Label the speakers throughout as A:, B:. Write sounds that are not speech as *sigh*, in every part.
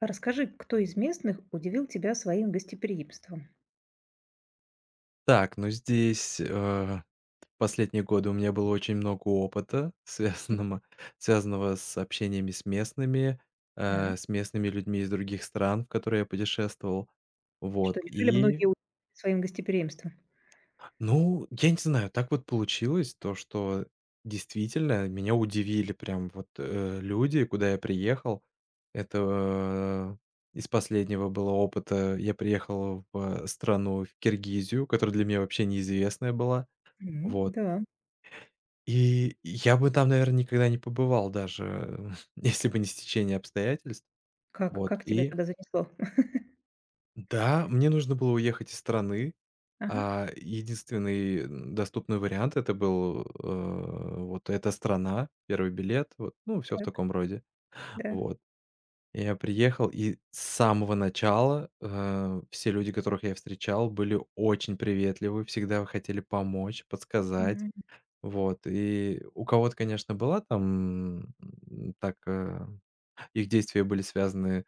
A: Расскажи, кто из местных удивил тебя своим гостеприимством?
B: Так, ну здесь, в последние годы у меня было очень много опыта, *laughs* связанного с общениями
A: Так.
B: с местными людьми из других стран, в которые я путешествовал.
A: И
B: Вот,
A: что, неужели
B: и,
A: многие удивлены своим гостеприимством?
B: ну, я не знаю, так вот получилось, то, что действительно меня удивили прям вот, люди, куда я приехал. Это, Из последнего было опыта. Я приехал в Киргизию, которая для меня вообще неизвестная была.
A: М,
B: Вот.
A: да.
B: И я бы там, наверное, никогда не побывал даже, *laughs* если бы не стечение обстоятельств.
A: Как
B: Вот,
A: как тебя
B: и
A: тогда занесло? *laughs*
B: да, мне нужно было уехать из страны,
A: Ага,
B: а единственный, доступный вариант — это был, вот эта страна, первый билет, вот, ну, все в
A: так,
B: таком роде.
A: да.
B: Вот, я приехал, и с самого начала, все люди, которых я встречал, были очень приветливы, всегда хотели помочь, подсказать.
A: Мгм.
B: Вот, и у кого-то, конечно, была там, м, так, э, их действия были связаны,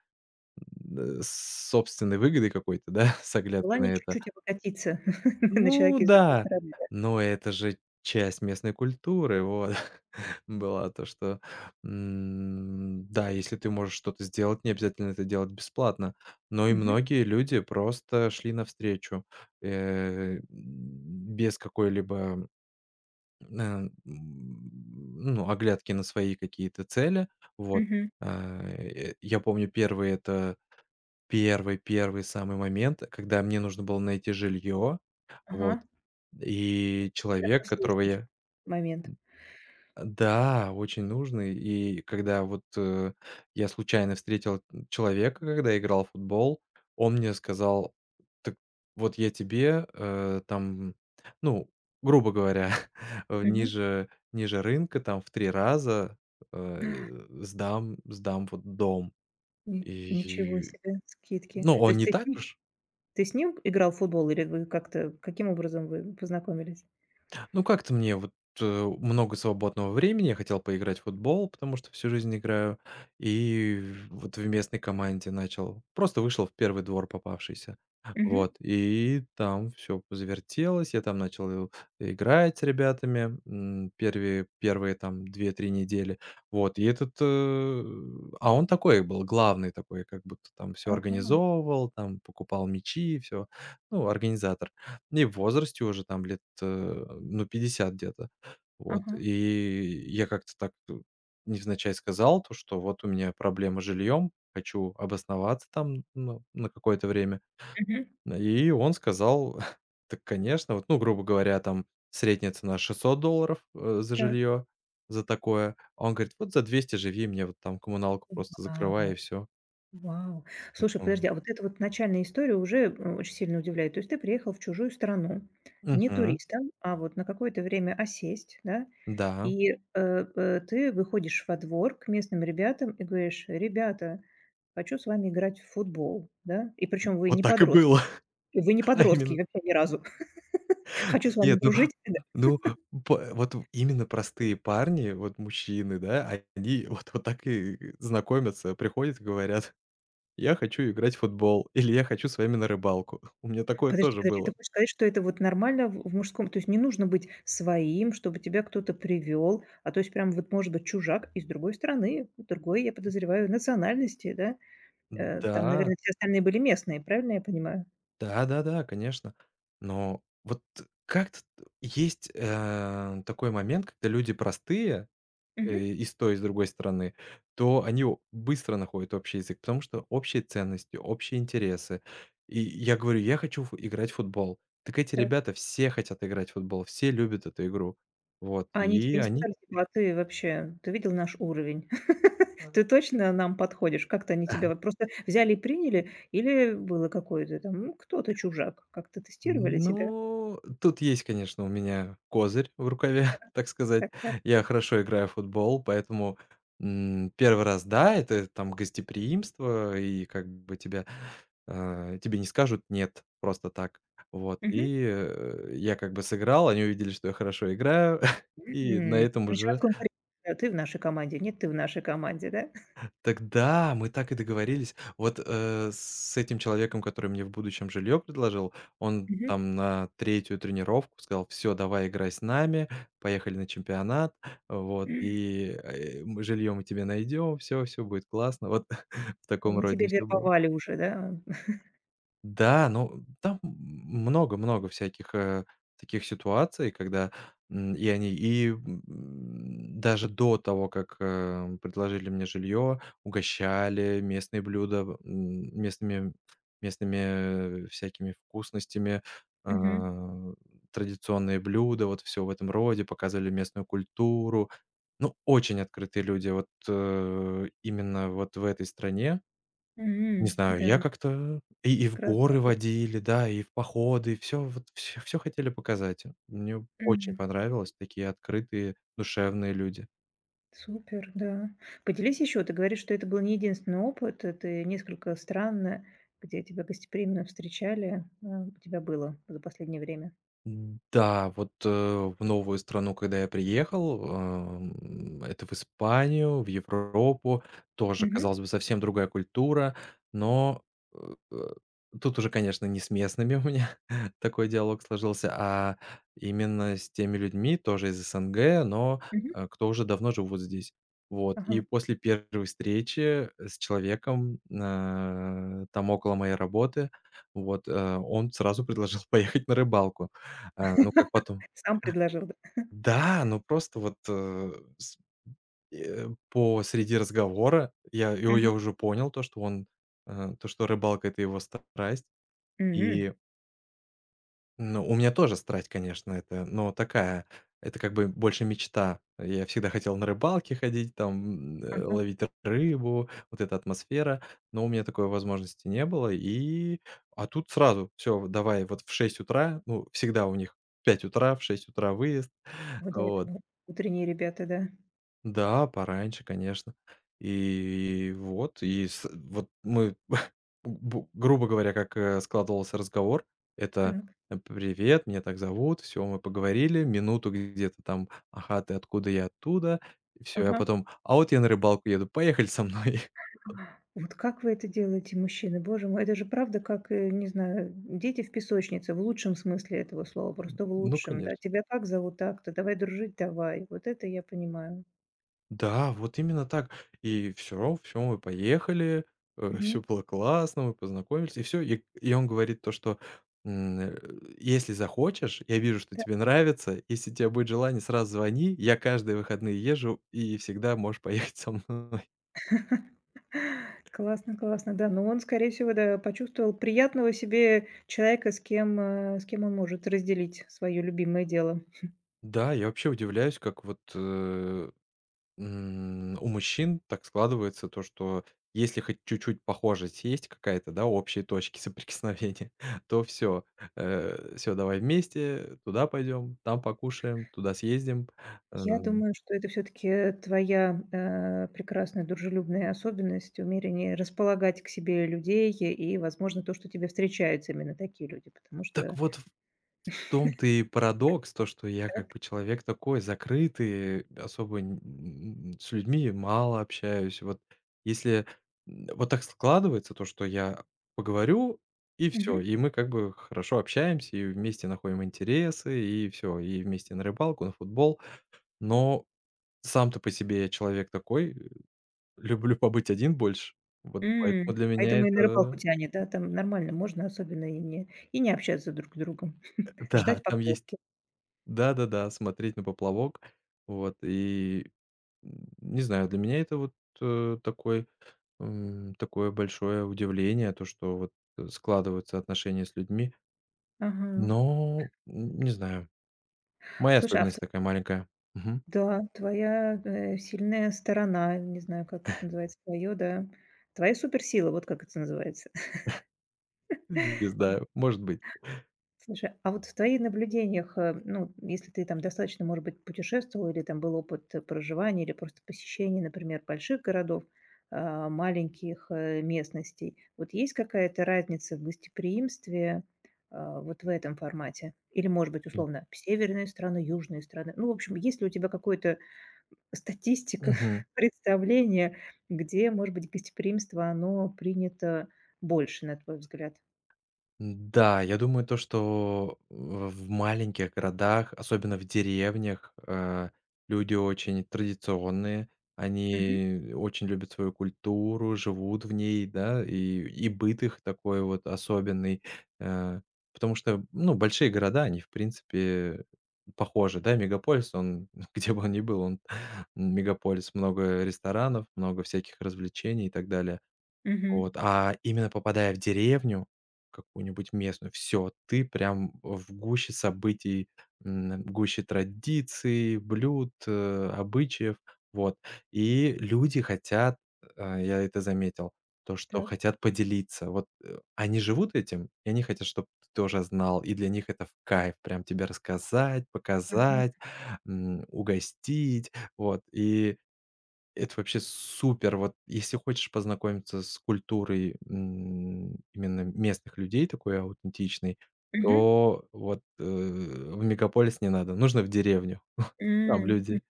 B: с собственной выгодой какой-то, да, *laughs* с оглядкой
A: Желание
B: на это.
A: чуть-чуть обогатиться *laughs* на
B: Ну
A: человеке с другой
B: да,
A: стороны, да?
B: но это же часть местной культуры, вот, *laughs* была то, что, м, да, если ты можешь что-то сделать, не обязательно это делать бесплатно. Но и
A: Мгм,
B: многие люди просто шли навстречу, без какой-либо оглядки на свои какие-то цели. Вот.
A: мгм.
B: Я помню, первый-первый самый момент, когда мне нужно было найти жилье. Вот,
A: Ага.
B: и
A: Это
B: человек, которого
A: сложный
B: я
A: момент.
B: да, очень нужный. И когда вот, я случайно встретил человека, когда играл в футбол, он мне сказал: «Так вот я тебе, там, ну, грубо говоря, *laughs*
A: Мгм.
B: ниже рынка, там, в 3 раза,
A: А,
B: сдам вот дом».
A: Ни ничего
B: И,
A: себе, скидки.
B: ну,
A: То
B: он
A: есть
B: не
A: ты с
B: так
A: ним
B: уж.
A: ты с ним играл в футбол или вы как-то каким образом вы познакомились?
B: Ну, как-то мне вот, много свободного времени. Я хотел поиграть в футбол, потому что всю жизнь играю. И в местной команде начал. Просто вышел в первый двор попавшийся.
A: Мгм.
B: Вот, и там все завертелось. Я там начал, играть с ребятами, первые там 2-3 недели. Вот, и а он такой был, главный такой, как будто там все
A: Ага,
B: организовывал, там покупал мячи, все. Ну, организатор. И в возрасте уже там лет, ну, 50 где-то. Вот,
A: ага.
B: и я как-то так, невзначай сказал то, что вот у меня проблема с жильем, хочу обосноваться там, ну, на какое-то время.
A: Мгм.
B: И он сказал: *laughs* «Так, конечно». Вот, ну, грубо говоря, там средняя цена 600 долларов, за
A: Так.
B: жилье, за такое. А он говорит: «Вот за 200 живи, мне вот там коммуналку просто закрывай
A: Вау,
B: и всё».
A: вау. Слушай, подожди, а вот эта вот начальная история уже, очень сильно удивляет. То есть ты приехал в чужую страну, не
B: «Мгм,
A: туристом, а вот на какое-то время осесть, да,
B: да».
A: и, ты выходишь во двор к местным ребятам и говоришь: "Ребята, хочу с вами играть в футбол". Да? И причем вы
B: Вот
A: не
B: так и
A: подростки.
B: было,
A: Вы не
B: *laughs* а
A: подростки
B: именно.
A: вообще ни разу. *laughs* "Хочу с вами
B: Нет, ну
A: дружить".
B: ну, именно простые парни, вот мужчины, да, они вот так и знакомятся, приходят и говорят: «Я хочу играть в футбол» или «Я хочу с вами на рыбалку». *laughs* У меня такое
A: Подожди,
B: тоже
A: подожди, ты
B: было.
A: хочешь сказать, что это вот нормально в мужском, то есть не нужно быть своим, чтобы тебя кто-то привёл, а то есть прям вот может быть чужак из другой страны, другой, я подозреваю, национальности, да? Там,
B: Да,
A: наверное, все остальные были местные, правильно я понимаю?
B: да-да-да, конечно. Но вот как-то есть, такой момент, когда люди простые
A: Мгм.
B: и с той, и с другой стороны, то они о быстро находят общий язык, потому что общие ценности, общие интересы. И я говорю: «Я хочу ф играть в футбол». Так эти
A: Так.
B: ребята все хотят играть в футбол, все любят эту игру. Вот,
A: А они
B: и
A: тебе не
B: они.
A: сказали, типа: "А ты вообще, ты видел наш уровень? *laughs* Ты
B: *laughs*
A: точно нам подходишь?" Как-то они тебя вот просто взяли и приняли, или было какое-то там, ну, кто-то чужак? Как-то тестировали тебя?
B: Ну, тут есть, конечно, у меня козырь в рукаве, *laughs* так сказать.
A: Так, так.
B: Я хорошо играю в футбол, поэтому, 1 раз, да, это там гостеприимство, и как бы тебя, тебе не скажут «нет» просто так. Вот,
A: Мгм.
B: и, я как бы сыграл, они увидели, что я хорошо играю. *laughs* И на
A: Мгм.
B: этом
A: И началась
B: уже
A: конкуренция. Да, ты в нашей команде, нет, ты в нашей команде, да?
B: тогда мы так и договорились. Вот, с этим человеком, который мне в будущем жилье предложил, он
A: Мгм.
B: там на третью тренировку сказал: «Все, давай играй с нами, поехали на чемпионат, вот,
A: *clears throat*
B: и, мы тебе найдем, все, все будет классно». Вот, *laughs* в таком
A: Они тебя
B: роде все было.
A: вербовали уже, да?
B: Да, ну, там много-много всяких, таких ситуаций, когда, м, и они и, м, даже до того, как, предложили мне жилье, угощали, местные блюда, местными, всякими вкусностями,
A: Мгм.
B: а, традиционные блюда, вот все в этом роде, показывали местную культуру. Ну, очень открытые люди вот, именно вот в этой стране. Не
A: М,
B: знаю,
A: да,
B: я как-то и в
A: прекрасный
B: горы
A: опыт.
B: водили, да, и в походы, все вот все всё хотели показать. Мне очень
A: Мгм.
B: понравилось, такие открытые, душевные люди.
A: Супер, да. Поделись еще, ты говоришь, что это был не единственный опыт, это несколько стран, где тебя гостеприимно встречали, а, у тебя было за последнее время.
B: Да, вот, в новую страну, когда я приехал, это в Испанию, в Европу, тоже,
A: Мгм.
B: казалось бы, совсем другая культура, но, э, э, тут уже, конечно, не с местными у меня *laughs* такой диалог сложился, а именно с теми людьми, тоже из СНГ, но,
A: Мгм.
B: кто уже давно живут здесь. Вот, и
A: Ага.
B: после первой встречи с человеком, там около моей работы, вот, он сразу предложил *laughs* поехать на рыбалку. А, ну, как потом
A: Сам предложил, да?
B: Да, ну, просто вот, по среди разговора я и
A: Мгм.
B: я уже понял то, что то, что рыбалка — это его страсть.
A: Мгм.
B: И, ну, у меня тоже страсть, конечно, это, но такая, это как бы больше мечта. Я всегда хотел на рыбалке ходить, там,
A: Ага.
B: ловить рыбу, вот эта атмосфера, но у меня такой возможности не было. И, а тут сразу: «Все, давай вот в 6 утра». Ну, всегда у них в 5 утра, в 6 утра выезд.
A: Вы
B: *laughs*
A: до
B: Вот.
A: этого утренние ребята, да.
B: Да, пораньше, конечно. И вот, и с вот мы, *laughs* бу грубо говоря, как, складывался разговор, это:
A: Так.
B: «Привет, меня так зовут». Все, мы поговорили минуту где-то там: «Ага, ты откуда, я оттуда». Все, я
A: Ага.
B: потом: «А вот я на рыбалку еду, поехали со мной». *laughs*
A: Вот как вы это делаете, мужчины? Боже мой, это же правда, как, не знаю, дети в песочнице, в лучшем смысле этого слова, просто в
B: Ну,
A: лучшем, да.
B: конечно.
A: Тебя как зовут? Так-то. Давай дружить, давай. Вот это я понимаю.
B: Да, вот именно так. И всё, все мы поехали, все
A: Мгм.
B: было классно, мы познакомились, и все. И он говорит то, что, м, э, если захочешь, я вижу, что
A: Да.
B: тебе нравится, если у тебя будет желание, сразу звони, я каждые выходные езжу, и всегда можешь поехать со мной.
A: Классно, классно, да. Но он, скорее всего, да, почувствовал приятного себе человека, с кем, с кем он может разделить свое любимое дело.
B: Да, я вообще удивляюсь, как вот, у мужчин так складывается то, что если хоть чуть-чуть похожесть есть какая-то, да, общие точки соприкосновения, *laughs* то все, давай вместе, туда пойдем, там покушаем, туда съездим. Э,
A: Я думаю, что это все таки твоя, прекрасная дружелюбная особенность, умение располагать к себе людей и, возможно, то, что тебе встречаются именно такие люди, потому
B: так
A: что.
B: вот В том-то и парадокс, то, что я как
A: Так.
B: бы человек такой закрытый, особо н н с людьми мало общаюсь. Вот если, вот так складывается, то, что я поговорю, и все,
A: Мгм.
B: и мы как бы хорошо общаемся, и вместе находим интересы, и все и вместе на рыбалку, на футбол. Но сам-то по себе я человек такой, люблю побыть один больше. Вот поэтому
A: М.
B: для меня
A: Поэтому и на рыбалку
B: это.
A: тянет, да? Там нормально можно особенно и не общаться друг с другом,
B: *laughs*
A: ждать
B: Да, там есть.
A: поклевки.
B: Да-да-да, смотреть на поплавок. Вот и. Не знаю, для меня это вот, такой, такое большое удивление, то, что вот, складываются отношения с людьми.
A: Ага.
B: Но, не знаю, моя
A: Слушай, а в тв,
B: особенность такая маленькая. Мгм.
A: да, твоя, сильная сторона, не знаю, как это называется, твоё, да, твоя суперсила, вот как это называется.
B: *laughs* Не знаю, может быть.
A: Слушай, а вот в твоих наблюдениях, ну, если ты там достаточно, может быть, путешествовал или там был опыт проживания или просто посещения, например, больших городов, а, маленьких местностей, вот есть какая-то разница в гостеприимстве, а, вот в этом формате? Или, может быть, условно, северные страны, южные страны? Ну, в общем, есть ли у тебя какая-то статистика,
B: Мгм.
A: *laughs* представление, где, может быть, гостеприимство, оно принято больше, на твой взгляд?
B: Да, я думаю, то, что в маленьких городах, особенно в деревнях, люди очень традиционные,
A: Мгм.
B: они очень любят свою культуру, живут в ней, да, и быт их такой вот особенный. Э, Потому что, ну, большие города, они, в принципе, похожи, да, мегаполис, он, *laughs* где бы он ни был, он *laughs* мегаполис, много ресторанов, много всяких развлечений и так далее. Вот,
A: Мгм.
B: а именно попадая в деревню какую-нибудь местную, все, ты прям в гуще событий, в гуще традиций, блюд, обычаев. Вот. И люди хотят, я это заметил, то, что
A: Так.
B: хотят поделиться. Вот, они живут этим, и они хотят, чтобы ты тоже знал. И для них это в кайф прям тебе рассказать,
A: Ага.
B: показать, угостить. Вот, и это вообще супер. Вот если хочешь познакомиться с культурой, именно местных людей, такой аутентичной,
A: Мгм.
B: то вот, в мегаполис не надо, нужно в деревню. Там
A: М, м.
B: люди.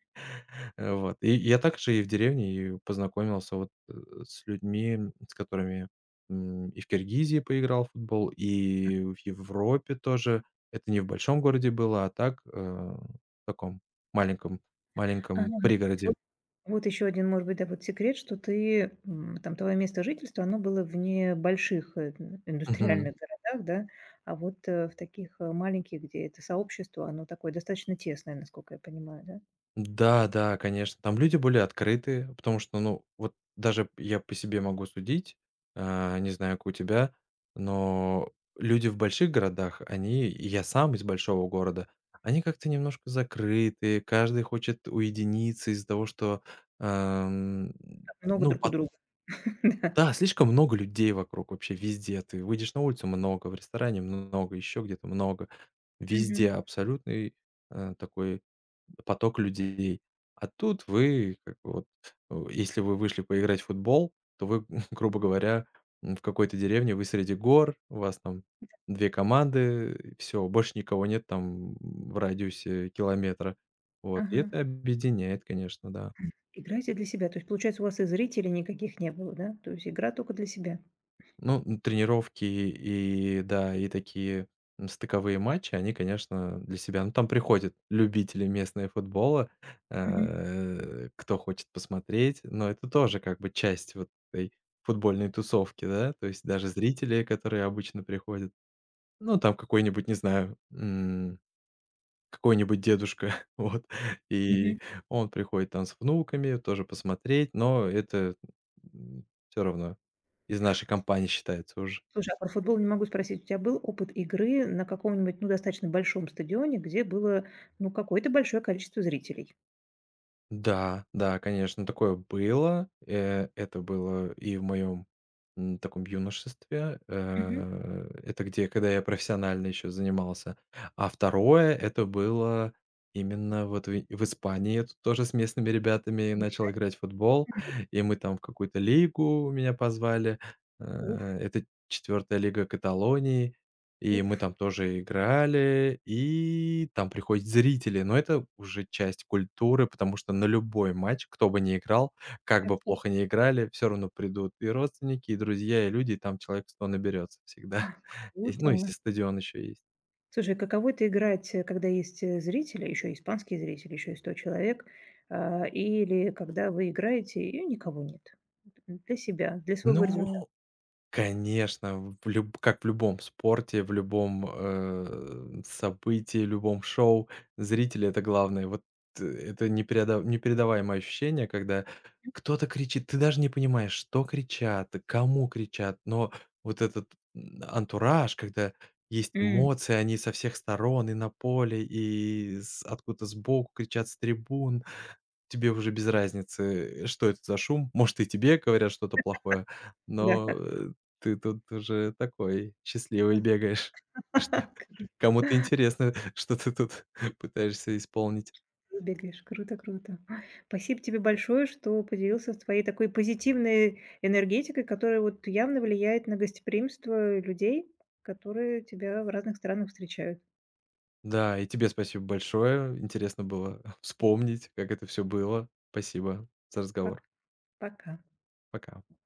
B: Вот. И я также и в деревне и познакомился вот, с людьми, с которыми, и в Киргизии поиграл в футбол, и в Европе тоже. Это не в большом городе было, а так, в таком маленьком
A: Ага.
B: маленьком
A: То есть
B: пригороде.
A: вот вот еще один, может быть, да, вот секрет, что ты, м, там твое место жительства, оно было в не больших, н индустриальных городах, да, а вот, в таких, маленьких, где это сообщество, оно такое достаточно тесное, насколько я понимаю, да?
B: Да, да, конечно. Там люди более открытые, потому что, ну, вот даже я по себе могу судить, не знаю, как у тебя, но люди в больших городах, они, и я сам из большого города, они как-то немножко закрытые, каждый хочет уединиться из-за того, что, ам,
A: Много
B: ну,
A: друг у
B: пот
A: друга. *laughs* Да.
B: да, слишком много людей вокруг вообще везде. Ты выйдешь на улицу — много, в ресторане — много, еще где-то — много.
A: Мгм.
B: Везде абсолютный, такой поток людей. А тут вы как бы вот, если вы вышли поиграть в футбол, то вы, *laughs* грубо говоря, в какой-то деревне, вы среди гор, у вас там 2 команды, все больше никого нет там в радиусе километра. Вот, и
A: Ага.
B: это объединяет, конечно, да.
A: Играете для себя. То есть, получается, у вас и зрителей никаких не было, да? То есть игра только для себя.
B: Ну, тренировки и, да, и такие, стыковые матчи, они, конечно, для себя, ну, там приходят любители местного футбола,
A: Мгм.
B: кто хочет посмотреть, но это тоже как бы часть вот этой футбольной тусовки, да. То есть даже зрители, которые обычно приходят. Ну, там не знаю, какой-нибудь дедушка, *laughs* вот,
A: Мгм.
B: и он приходит там с внуками тоже посмотреть, но это все равно из нашей компании считается уже.
A: Слушай, а про футбол не могу спросить. У тебя был опыт игры на каком-нибудь, ну, достаточно большом стадионе, где было, ну, какое-то большое количество зрителей?
B: Да, да, конечно, такое было. Это было и в моем таком юношестве.
A: Мгм.
B: Это где, когда я профессионально еще занимался. А второе — это было именно вот в Испании. Я тут тоже с местными ребятами
A: Уже
B: начал играть в футбол, и мы там в какую-то лигу меня позвали.
A: уф,
B: Это четвертая лига Каталонии. И
A: уф,
B: мы там тоже играли, и там приходят зрители. Но это уже часть культуры, потому что на любой матч, кто бы ни играл, как
A: как
B: бы
A: так.
B: плохо ни играли, все равно придут и родственники, и друзья, и люди, и там человек 100 наберется
A: А,
B: всегда. *laughs* И,
A: круто.
B: ну, если стадион еще есть.
A: Слушай, каково это играть, когда есть зрители, еще испанские зрители, еще и 100 человек, а, или когда вы играете и никого нет? Д- Для себя, для своего результата.
B: Ну, конечно, в люб как в любом спорте, в любом, событии, любом шоу, зрители — это главное. Вот, это непередаваемое ощущение, когда кто-то кричит, ты даже не понимаешь, что кричат, кому кричат, но вот этот, антураж, когда есть
A: М,
B: эмоции, они со всех сторон, и на поле, и с откуда-то сбоку кричат с трибун. Тебе уже без разницы, что это за шум. Может, и тебе говорят что-то плохое,
A: да.
B: но, ты тут уже такой счастливый бегаешь, *laughs* что
A: *laughs* *laughs*
B: кому-то интересно, *laughs* что ты тут *laughs* пытаешься исполнить.
A: Бегаешь. Круто, круто. Ой, спасибо тебе большое, что поделился твоей такой позитивной энергетикой, которая вот явно влияет на гостеприимство людей, которые тебя в разных странах встречают.
B: Да, и тебе спасибо большое. Интересно было *laughs* вспомнить, как это все было. Спасибо за разговор.
A: Пак- Пока.
B: Пока.